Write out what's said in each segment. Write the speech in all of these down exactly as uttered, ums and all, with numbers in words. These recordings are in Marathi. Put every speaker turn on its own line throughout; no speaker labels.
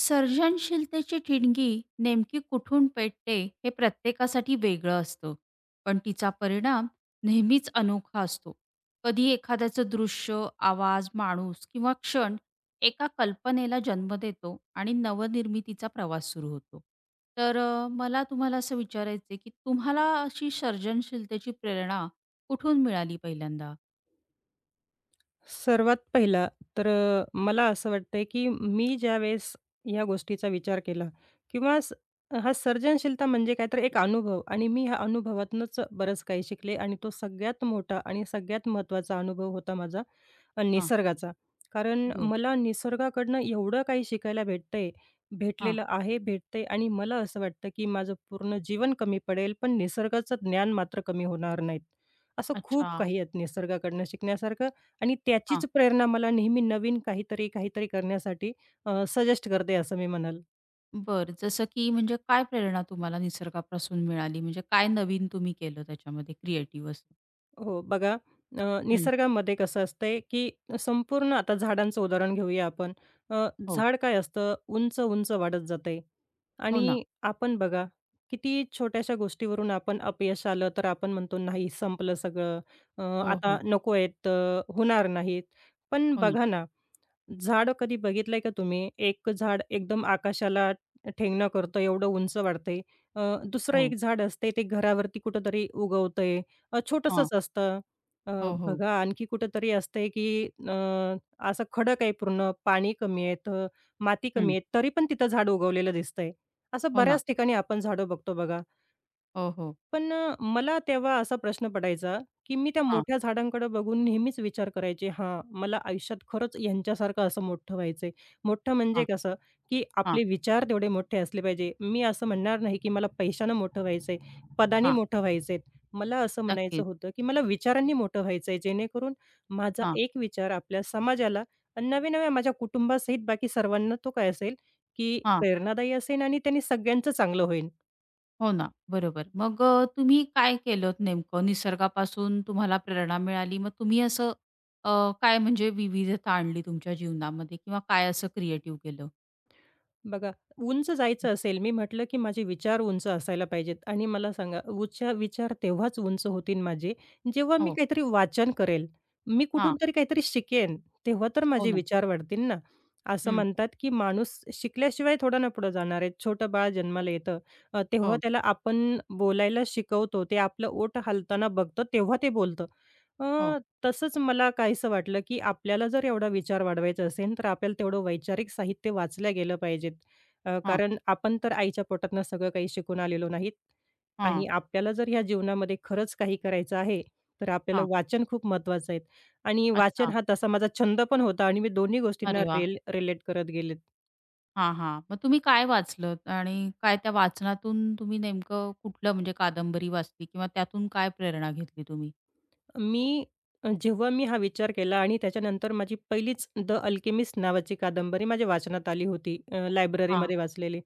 सर्जनशीलतेची ठिणगी नेमकी कुठून पेटते हे प्रत्येकासाठी वेगळं असतं पण तिचा परिणाम नेहमीच अनोखा असतो कधी एखाद्याचं दृश्य आवाज माणूस किंवा क्षण एका कल्पनेला जन्म देतो आणि नवनिर्मितीचा प्रवास सुरू होतो. तर अ, मला तुम्हाला असं विचारायचं आहे की तुम्हाला अशी सर्जनशीलतेची प्रेरणा कुठून मिळाली पहिल्यांदा?
सर्वात पहिला तर अ, मला असं वाटतंय, की मी ज्यावेळेस ह्या गोष्टीचा विचार केला किंवा स हा सर्जनशीलता म्हणजे काय तर एक अनुभव आणि मी ह्या अनुभवातूनच बरंच काही शिकले आणि तो सगळ्यात मोठा आणि सगळ्यात महत्त्वाचा अनुभव होता माझा अ,
हां.
निसर्गाचा. कारण
बर.
मला निसर्गाकडनं एवढं काही शिकायला भेटतंय,
हां.
भेटलेलं आहे, भेटतंय आणि मला असं वाटतं, की माझं पूर्ण जीवन कमी पडेल, पण निसर्गाचं ज्ञान मात्र कमी होणार नाहीत. असं
अच्छा.
खूप काही आहेत निसर्गाकडनं शिकण्यासारखं आणि त्याचीच प्रेरणा मला नेहमी नवीन काहीतरी, काहीतरी करण्यासाठी सजेस्ट करते असं मी म्हणेल.
बरं. जसं की म्हणजे काय प्रेरणा तुम्हाला निसर्गापासून मिळाली? म्हणजे काय नवीन तुम्ही केलं त्याच्यामध्ये क्रिएटिव्ह असं?
हो, बघा. अ,
हं.
निसर्गामध्ये कसं असतंय, की संपूर्ण आता झाडांचं उदाहरण घेऊया आपण. अ,
हो.
झाड काय असतं उंच-उंच वाढत जातंय
हो ना.
आणि आपण बघा किती छोट्याशा गोष्टीवरून आपण अपयश आलं तर आपण म्हणतो नाही संपलं सगळं. अ,
हो,
आता
हो.
नको आहेत, अ, होणार नाहीत. पण
हो ना.
बघा ना, झाड कधी बघितलंय का तुम्ही? एक झाड एकदम आकाशाला ठेंगणं करतं, एवढं उंच वाढतंय. अ, दुसरं एक
हो.
झाड असते ते घरावरती कुठेतरी उगवतंय. अ,
हां.
छोटंसंच असतं. अ,
हो, हो.
बघा आणखी कुठेतरी असतंय, की अ, असं खडक आहे पूर्ण, पाणी कमी आहे, तर माती कमी
हं.
आहे, तरी पण तिथं झाड उगवलेलं दिसतंय. असं
हो ना.
बऱ्याच ठिकाणी आपण झाडं बघतो बघा.
हो, हो.
पण अ, मला तेव्हा असा प्रश्न पडायचा, की मी त्या
हां,
मोठ्या झाडांकडे बघून नेहमीच विचार करायचे, हां, मला आयुष्यात खरंच ह्यांच्यासारखं असं मोठं व्हायचंय. मोठं म्हणजे
हां,
कसं, की
हां,
आपले विचार तेवढे मोठे असले पाहिजे. मी असं म्हणणार नाही, की मला पैशानं मोठं व्हायचंय, पदानी
हां.
मोठं व्हायचंय. मला असं म्हणायचं
नक्कीच.
होतं, की मला विचारांनी मोठं व्हायचंय, जेणेकरून माझा
हां,
एक विचार आपल्या समाजाला आणि नव्या-नव्या माझ्या कुटुंबासहित बाकी सर्वांना तो काय असेल, की
हां.
प्रेरणादायी असेल आणि त्यांनी सगळ्यांचं चांगलं होईल.
हो ना. बरोबर. मग अ, तुम्ही काय केलत नेमकं? निसर्गापासून तुम्हाला प्रेरणा मिळाली. मग तुम्ही असं अ, काय म्हणजे विविधता आणली तुमच्या जीवनामध्ये किंवा काय असं क्रिएटिव्ह केलं?
बघा, उंच
हं,
जायचं असेल, मी म्हटलं की माझे विचार उंच असायला पाहिजेत आणि मला सांगा उच्च विचार तेव्हाच उंच होतील माझे, जेव्हा मी
हो.
काहीतरी वाचन करेल. मी कुठून
हां.
तरी काहीतरी शिकेन, तेव्हा तर
हो
माझे
ना.
विचार वाढतील ना. असं
हं.
म्हणतात की माणूस शिकल्याशिवाय थोडा ना पुढे जाणार आहे. छोटं बाळ जन्माला येतं, अ, तेव्हा
हो,
त्याला आपण बोलायला शिकवतो, ते आपलं ओठ हालताना बघतं, तेव्हा ते बोलतं.
हो.
अ, तसंच मला काहीसं वाटलं, की आपल्याला जर एवढा विचार वाढवायचा असेल, तर आपल्याला तेवढं वैचारिक साहित्य वाचल्या गेलं पाहिजेत. अ,
हां.
कारण आपण तर आईच्या पोटातनं सगळं काही शिकून आलेलो नाहीत
हां,
आणि आपल्याला जर ह्या जीवनामध्ये खरंच काही करायचं आहे, तर आपल्याला
हां.
वाचन खूप महत्त्वाचं आहे आणि वाचन
अच्छा.
हा तसा माझा छंद पण होता आणि मी दोन्ही
अरे
गोष्टींना
वाह!
रिल रिलेट करत गेले.
हां, हां. मग तुम्ही काय वाचलत आणि काय त्या वाचनातून तुम्ही नेमकं कुठलं म्हणजे कादंबरी वाचली किंवा त्यातून काय प्रेरणा घेतली तुम्ही?
मी अ, जेव्हा मी हा विचार केला आणि त्याच्यानंतर माझी पहिलीच द अल्केमिस्ट नावाची कादंबरी माझ्या वाचनात आली होती, अ,
हां,
लायब्ररीमध्ये वाचलेली.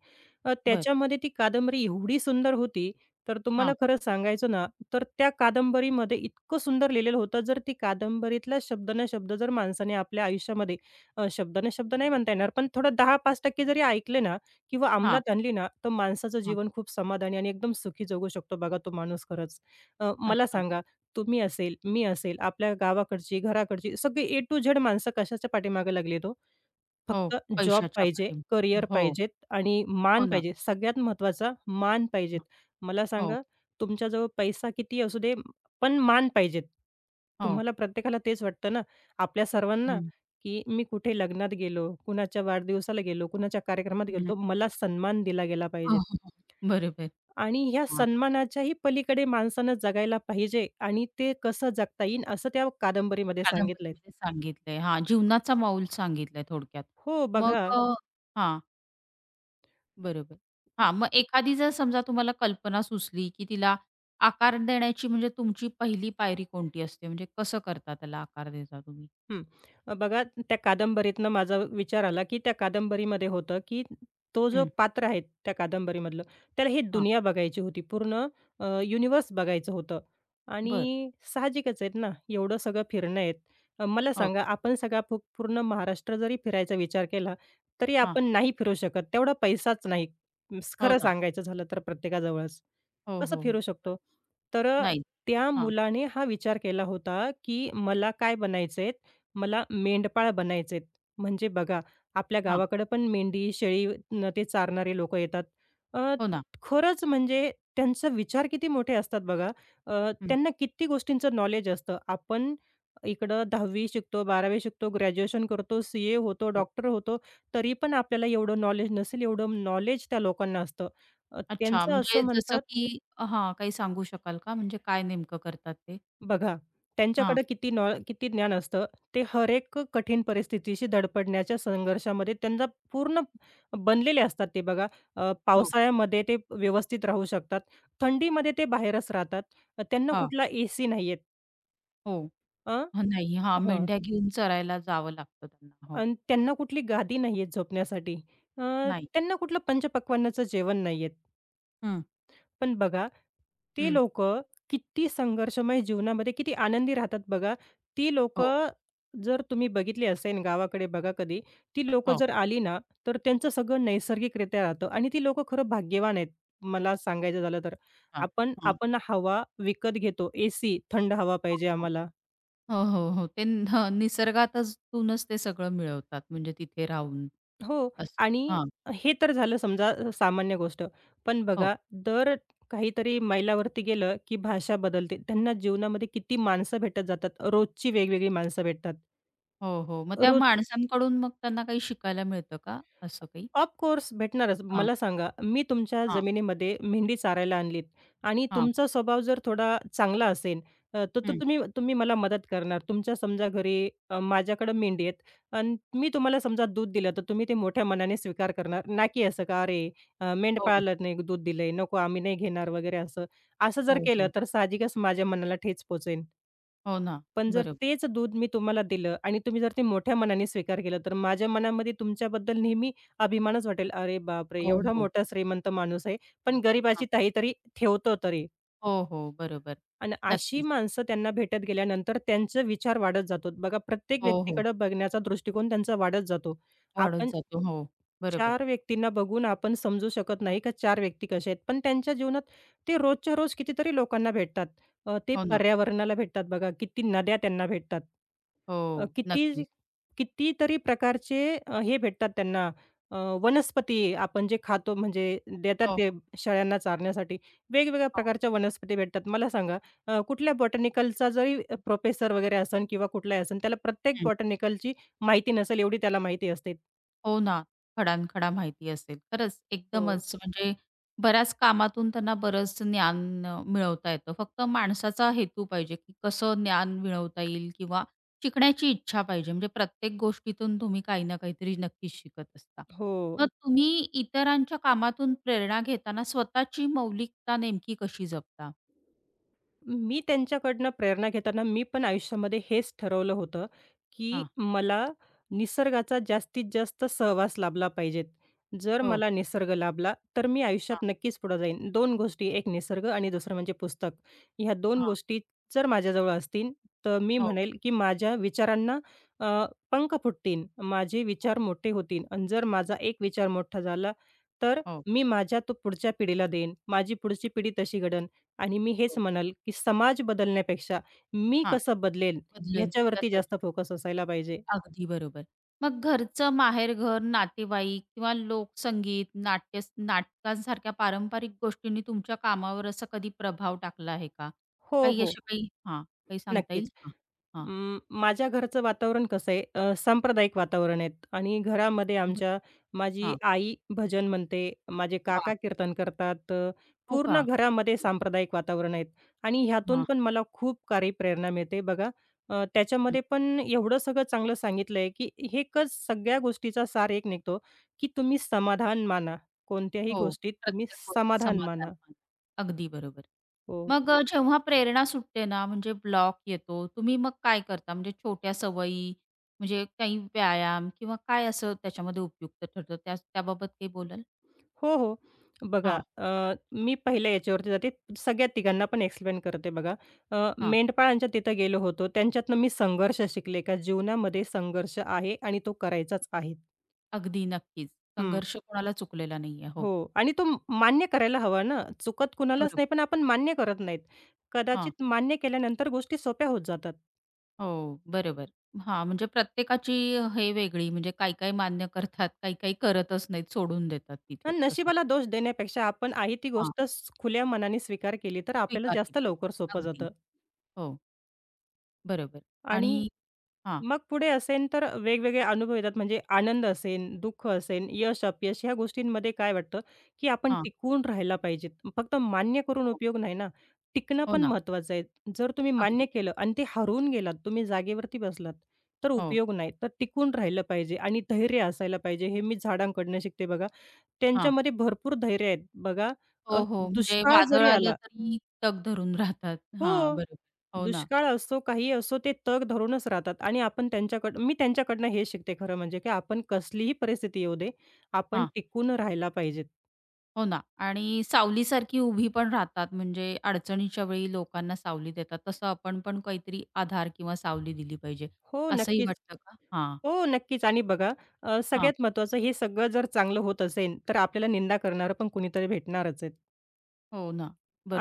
अ,
बरं.
त्याच्यामध्ये ती कादंबरी एवढी सुंदर होती, तर तुम्हाला
हां,
खरं सांगायचं ना, तर त्या कादंबरीमध्ये इतकं सुंदर लिहिलेलं होतं, जर ती कादंबरीतला शब्द ना शब्द जर माणसाने आपल्या आयुष्यामध्ये अ, शब्द ना शब्द नाही म्हणता येणार, पण थोडं दहा-पाच टक्के जरी ऐकले ना किंवा
हां,
अंमलात आणली ना, तर माणसाचं
हां.
जीवन खूप समाधानी आणि एकदम सुखी जगू शकतो बघा तो माणूस खरंच. अ, मला
अच्छा.
सांगा, तुम्ही असेल, मी असेल, आपल्या गावाकडची, घराकडची सगळी ए टू झेड माणसं कशाच्या पाठीमागे लागलेत हो?
हो,
फक्त जॉब
पैशाच्या
पाहिजे,
पाठीमागे.
करियर
हो,
पाहिजेत आणि
हो
मान
ना.
पाहिजे. सगळ्यात महत्त्वाचा मान पाहिजेत. मला
हो,
सांगा, तुमच्याजवळ पैसा कितीही असू दे, पण मान पाहिजेत.
हो.
तुम्हाला प्रत्येकाला तेच वाटतं ना, आपल्या
हं,
सर्वांना,
हं.
की मी कुठे लग्नात गेलो, कुणाच्या वाढदिवसाला गेलो, कुणाच्या कार्यक्रमात गेलो, तर मला सन्मान दिला गेला
हो,
पाहिजे.
हो, हो. बरोबर.
आणि ह्या
हां,
सन्मानाच्याही पलीकडे माणसानं जगायला पाहिजे आणि ते कसं जगता येईल असं त्या कादंबरीमध्ये सांगितलंय.
कादंबरीमध्ये सांगितलंय. हां, जीवनाचा मौल सांगितलाय थोडक्यात.
हो,
मग
बघा.
अ, हां. बरोबर. हां, मग एखादी जर समजा तुम्हाला कल्पना सुचली, की तिला आकार देण्याची म्हणजे तुमची पहिली पायरी कोणती असते? म्हणजे कसं करता त्याला आकार देता तुम्ही?
हं. अ, बघा, त्या कादंबरीतनं माझा विचार आला, की त्या कादंबरीमध्ये होतं, की तो जो
हं.
पात्र आहे त्या कादंबरीमधलं, त्याला ही
हां,
दुनिया बघायची होती. पूर्ण अ, युनिव्हर्स बघायचं होतं
बरं.
आणि साहजिकच आहेत ना, एवढं सगळं फिरणं आहेत. अ, मला
हो.
सांगा, आपण सगळा पू पूर्ण महाराष्ट्र जरी फिरायचा विचार केला, तरी
हां.
आपण नाही फिरू शकत. तेवढा पैसाच नाही. म,
हो
खरं
ना.
सांगायचं झालं तर प्रत्येकाजवळच.
हो,
कसं
हो, हो.
फिरू
बरं.
शकतो? तर अ,
नाही.
त्या
हां,
मुलाने हा विचार केला होता, की मला काय बनायचंय? मला मेंढपाळ बनायचेत. म्हणजे बघा, आपल्या
हां.
गावाकडे पण मेंढी, शेळी न ते चारणारे लोकं येतात. अ,
हो ना.
खरंच म्हणजे त्यांचा विचार किती मोठे असतात बघा. अ,
हं.
त्यांना किती गोष्टींचं नॉलेज असतं. आपण इकडं दहावी शिकतो, बारावी शिकतो, ग्रॅज्युएशन करतो, सी-ए होतो,
हो.
डॉक्टर होतो, तरी पण आपल्याला एवढं नॉलेज नसेल, एवढं नॉलेज त्या लोकांना असतं. अ,
अच्छा,
त्यांचं असं
म्हणजे जसं
म्हणतात
की हां, काही सांगू शकाल का? म्हणजे काय नेमकं करतात ते?
बघा,
हां.
त्यांच्याकडे किती नॉ किती ज्ञान असतं. ते हर एक कठीण परिस्थितीशी धडपडण्याच्या संघर्षामध्ये त्यांना पूर्ण बनलेले असतात ते बघा. अ,
हो.
पावसाळ्यामध्ये ते व्यवस्थित राहू शकतात. थंडीमध्ये ते बाहेरच राहतात. अ, त्यांना
हां.
कुठला एसी नाहीये.
हो.
अ,
हं, नाही. हां,
हां.
मेंढ्या घेऊन चरायला जावं लागतं त्यांना. हो.
अन् त्यांना कुठली गादी नाहीये झोपण्यासाठी. अ,
नाही.
त्यांना कुठलं पंचपक्वान्नाचं जेवण नाहीये.
हं,
पण बघा, ते
हं.
लोक किती संघर्षमय जीवनामध्ये किती आनंदी राहतात बघा. ती लोक
हो.
जर तुम्ही बघितली असेल गावाकडे बघा कधी, ती लोक
हो.
जर आली ना, तर त्यांचं सगळं नैसर्गिकरित्या राहतं आणि ती लोक खरं भाग्यवान आहेत. मला सांगायचं झालं तर.
हां.
आपण
हं.
आपण हवा विकत घेतो, एसी, थंड हवा
हो
पाहिजे
ना.
आम्हाला.
हो, हो, हो. ते हं, निसर्गातच तूनच ते सगळं मिळवतात म्हणजे तिथे राहून.
हो.
असं.
आणि
हां.
हे तर झालं समजा अ, सामान्य गोष्ट. पण
हो,
बघा, दर काहीतरी मैलावरती गेलं, की भाषा बदलते. त्यांना जीवनामध्ये किती माणसं भेटत जातात. रोजची वेगवेगळी माणसं भेटतात.
हो, हो. मग त्या माणसांकडून मग त्यांना काही शिकायला मिळतं का असं काही?
ऑफकोर्स भेटणारच.
हां,
मला सांगा, मी तुमच्या
हां,
जमिनीमध्ये मेहंदी चारायला आणलीत आणि
हां.
तुमचा स्वभाव जर थोडा चांगला असेल, अ, तर तर
हं.
तुम्ही तुम्ही मला मदत करणार. तुमच्या समजा घरी अ, माझ्याकडे मेंढी आहेत आणि मी तुम्हाला समजा दूध दिलं, तर तुम्ही ते मोठ्या मनाने स्वीकार करणार. ना की असं का, "अरे, अ,
हो,
मेंढपाळाला नाही दूध दिलंय, नको आम्ही नाही घेणार" वगैरे असं. असं जर
हो,
केलं,
हो.
तर साहजिकच माझ्या मनाला ठेच पोहोचेल.
हो ना.
पण जर
बरोबर.
तेच दूध मी तुम्हाला दिलं आणि तुम्ही जर ते मोठ्या मनाने स्वीकार केलं, तर माझ्या मनामध्ये तुमच्याबद्दल नेहमी अभिमानच वाटेल. अरे बापरे!
हो,
एवढा
हो.
मोठा श्रीमंत माणूस आहे, पण गरिबाची
हां.
ताई तरी ठेवतो तरी.
हो, हो. बरोबर.
आणि अशी
नक्कीच.
माणसं त्यांना भेटत गेल्यानंतर त्यांचे विचार वाढत जातो. बघा प्रत्येक
हो, हो.
व्यक्तीकडं बघण्याचा दृष्टिकोन त्यांचा वाढत जातो.
वाढत
आपण
जातो. हो. बरोबर.
चार व्यक्तींना बघून आपण समजू शकत नाही का चार व्यक्ती कसे आहेत. पण त्यांच्या जीवनात ते रोजच्या रोज कितीतरी लोकांना भेटतात. अ, ते
हो ना.
पर्यावरणाला भेटतात बघा, किती नद्या त्यांना भेटतात. अ,
हो.
किती
नक्कीच.
कितीतरी प्रकारचे अ, हे भेटतात त्यांना अ, वनस्पती आपण जे खातो म्हणजे देतात
हो, हो.
ते शेळ्यांना चारण्यासाठी. वेगवेगळ्या प्रकारच्या वनस्पती भेटतात. मला सांगा, अ, कुठल्या बॉटनिकलचा जरी प्रोफेसर वगैरे असेल किंवा कुठलाही असेल, त्याला प्रत्येक बॉटनिकलची माहिती नसेल एवढी त्याला माहिती असते.
हो ना. खडानखडा माहिती असेल. खरंच
हो.
एकदमच हो. म्हणजे बऱ्याच कामातून त्यांना बरंच ज्ञान अ, मिळवता येतं. फक्त माणसाचा हेतू पाहिजे, की कसं ज्ञान मिळवता येईल किंवा शिकण्याची इच्छा पाहिजे. म्हणजे प्रत्येक गोष्टीतून तुम्ही काही ना काहीतरी नक्कीच शिकत असता.
हो.
मग हो. तुम्ही इतरांच्या कामातून प्रेरणा घेताना स्वतःची मौलिकता नेमकी कशी जपता?
मी त्यांच्याकडनं प्रेरणा घेताना मी पण आयुष्यामध्ये हेच ठरवलं होतं, की
हां.
मला निसर्गाचा जास्तीत जास्त सहवास लाभला पाहिजेत. जर
हो.
मला निसर्ग लाभला, तर मी आयुष्यात
हां,
नक्कीच पुढे जाईन. दोन गोष्टी, एक निसर्ग आणि दुसरं म्हणजे पुस्तक. ह्या दोन
हां.
गोष्टी जर माझ्याजवळ असतील, तर मी
हो,
म्हणेल, की माझ्या विचारांना अ, पंख फुटतील. माझे
हो,
विचार मोठे होतील आणि जर माझा एक विचार मोठा झाला, तर
हो,
मी माझ्या तो पुढच्या पिढीला देईन. माझी पुढची पिढी तशी घडन. आणि मी हेच
हो.
म्हणाल, की समाज बदलण्यापेक्षा मी
हां.
कसं बदलेल
बदलेन.
ह्याच्यावरती जास्त फोकस असायला पाहिजे.
अगदी बरोबर. मग घरचं माहेरघर, नातेवाईक किंवा लोकसंगीत, नाट्य नाटकांसारख्या पारंपरिक गोष्टींनी तुमच्या कामावर असा कधी प्रभाव टाकला आहे का?
हो,
काही
हो.
अशा काही हां, काही सांगता येईल?
नक्कीच.
हां, हां,
अं, माझ्या घरचं वातावरण कसं आहे, अ, सांप्रदायिक वातावरण आहे आणि घरामध्ये
बरं.
आमच्या माझी
हां,
आई भजन म्हणते, माझे
वाह!
काका कीर्तन करतात. अ,
हो का?
पूर्ण घरामध्ये सांप्रदायिक वातावरण आहेत आणि ह्यातून
हां,
पण मला खूप काही प्रेरणा मिळते बघा. अ,
हं.
त्याच्यामध्ये पण एवढं सगळं चांगलं सांगितलं आहे, की एकच सगळ्या गोष्टीचा सार एक निघतो, की तुम्ही समाधान माना. कोणत्याही
हो,
गोष्टीत तुम्ही
प्रत्येक गोष्टीत
समाधान माना.
समाधान. अगदी बरोबर.
हो.
मग अ, जेव्हा प्रेरणा सुटते ना, म्हणजे ब्लॉक येतो, तुम्ही मग काय करता? म्हणजे छोट्या सवयी, म्हणजे काही व्यायाम किंवा काय असं त्याच्यामध्ये उपयुक्त ठरतं? त्या त्याबाबत काही बोलाल?
हो, हो. बघा,
हां,
अ, मी पहिल्या याच्यावरती जाते. सगळ्या तिघांना पण एक्सप्लेन करते बघा. अ,
हां.
मेंढपाळांच्या तिथं गेलो होतो. त्यांच्यातनं मी संघर्ष शिकले का जीवनामध्ये संघर्ष आहे आणि तो करायचाच आहे.
अगदी नक्कीच.
हं.
संघर्ष कोणाला चुकलेला नाहीये. हो,
हो. आणि तो मान्य करायला हवा ना. चुकत कुणालाच
बरोबर.
नाही, पण आपण मान्य करत नाहीत.
हां.
कदाचित मान्य केल्यानंतर गोष्टी सोप्या होत जातात.
हो, बरोबर. हां, म्हणजे प्रत्येकाची हे वेगळी म्हणजे काही-काही मान्य करतात, काही-काही करतच नाहीत, सोडून देतात तिथेच
आणि
तसं.
नशिबाला दोष देण्यापेक्षा आपण आहे ती
हां,
गोष्ट स खुल्या मनाने स्वीकार केली, तर आपल्याला
स्वीकारली
जास्त
पाहिजे.
लवकर सोपं
अगदी.
जातं
हो, बरोबर. आणि
आणि
हां,
मग पुढे असेन तर वेगवेगळे अनुभव येतात म्हणजे आनंद असेन, दुःख असेन, यश, अपयश ह्या गोष्टींमध्ये काय वाटतं, की आपण
हां.
टिकून राहायला पाहिजेत. फक्त मान्य करून
हो,
उपयोग नाही ना, टिकणं
हो
पण
ना.
महत्त्वाचं आहे. जर तुम्ही मान्य
अगदी.
केलं आणि ते हरवून गेलात, तुम्ही जागेवरती बसलात, तर
हो.
उपयोग नाही. तर टिकून राहिलं पाहिजे आणि धैर्य असायला पाहिजे. हे मी झाडांकडनं शिकते बघा.
हां.
त्यांच्यामध्ये भरपूर धैर्य आहेत. बघा, अ,
हो, हो. म्हणजे
दुष्काळ
वादळ
जरी
आलं
आला,
तरी तग धरून राहतात. हां,
हो.
बरोबर. हो ना.
दुष्काळ असो, काहीही असो, ते तग धरूनच राहतात आणि आपण त्यांच्याकडं मी त्यांच्याकडनं हे शिकते खरं म्हणजे, की आपण कसलीही परिस्थिती येऊ दे, आपण
हां,
टिकून राहायला पाहिजेत.
हो ना. आणि सावलीसारखी उभी पण राहतात. म्हणजे अडचणीच्या वेळी लोकांना सावली देतात. तसं आपण पण काहीतरी आधार किंवा सावली दिली पाहिजे,
हो,
असंही
नक्कीच.
वाटतं का? हां,
हो, नक्कीच आणि बघा, अ,
हां.
सगळ्यात महत्त्वाचं हे सगळं जर चांगलं होत असेल, तर आपल्याला निंदा करणारं पण कुणीतरी भेटणारच आहेत
हो ना.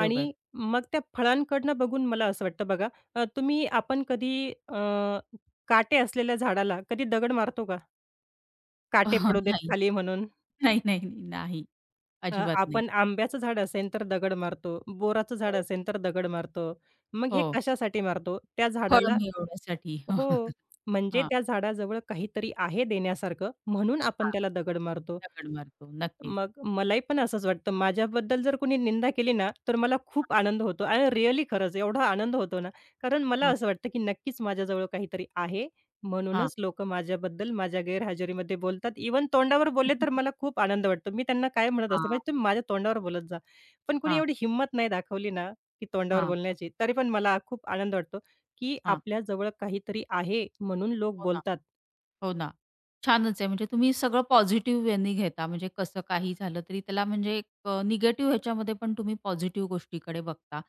आणि मग त्या फळांकडनं बघून मला असं वाटतं बघा, अ, तुम्ही आपण कधी अ, काटे असलेल्या झाडाला कधी दगड मारतो का? काटे पडू देत
नाही,
खाली म्हणून.
नाही, नाही, नाही, नाही.
अ,
अजिबात नाही.
आपण आंब्याचं झाड असेल तर दगड मारतो, बोराचं झाड
हो,
असेल तर दगड मारतो. मग हे
हो.
कशासाठी मारतो? त्या
फळ
झाडाला,
मिळवण्यासाठी.
हो, म्हणजे
हां,
त्या झाडाजवळ काहीतरी आहे देण्यासारखं म्हणून आपण
हां.
त्याला दगड मारतो.
दगड मारतो. नक्कीच.
मग मलाही पण असंच वाटतं. माझ्याबद्दल जर कोणी निंदा केली ना, तर मला खूप आनंद होतो आणि रिअली खरंच एवढा आनंद होतो ना, कारण मला
हां,
असं वाटतं, की नक्कीच माझ्याजवळ काहीतरी आहे,
हां.
म्हणूनच लोक माझ्याबद्दल माझ्या गैरहजेरीमध्ये बोलतात. इव्हन तोंडावर बोलले तर मला खूप आनंद वाटतो. मी त्यांना काय म्हणत असते,
हां,
"म्हणजे तुम्ही माझ्या तोंडावर बोलत जा." पण कोणी
हां,
एवढी हिंमत नाही दाखवली ना, की तोंडावर
हां,
बोलण्याची, तरी पण मला खूप आनंद वाटतो, की
हां.
आपल्याजवळ काहीतरी आहे म्हणून लोक
हो ना.
बोलतात.
हो ना. छानच आहे. म्हणजे तुम्ही सगळं पॉझिटिव्ह वेनी घेता. म्हणजे कसं काही झालं तरी त्याला म्हणजे एक अ, निगेटिव्ह ह्याच्यामध्ये पण तुम्ही पॉझिटिव्ह गोष्टीकडे बघता.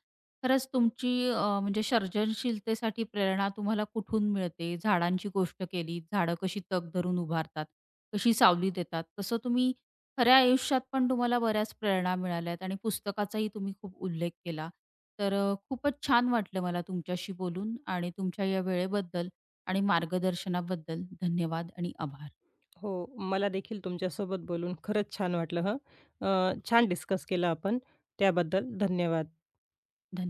खरंच तुमची अ, म्हणजे सर्जनशीलतेसाठी प्रेरणा तुम्हाला कुठून मिळते? झाडांची गोष्ट केली, झाडं कशी तग धरून उभारतात, कशी सावली देतात. तसं तुम्ही खऱ्या आयुष्यात पण तुम्हाला बऱ्याच प्रेरणा मिळाल्यात आणि पुस्तकाचाही तुम्ही खूप उल्लेख केला. तर अ, खूपच छान वाटलं मला तुमच्याशी बोलून आणि तुमच्या या वेळेबद्दल आणि मार्गदर्शनाबद्दल धन्यवाद आणि आभार.
हो, मला देखील तुमच्यासोबत बोलून खरंच छान वाटलं हं. अ, छान डिस्कस केलं आपण. त्याबद्दल धन्यवाद.
धन्यवाद.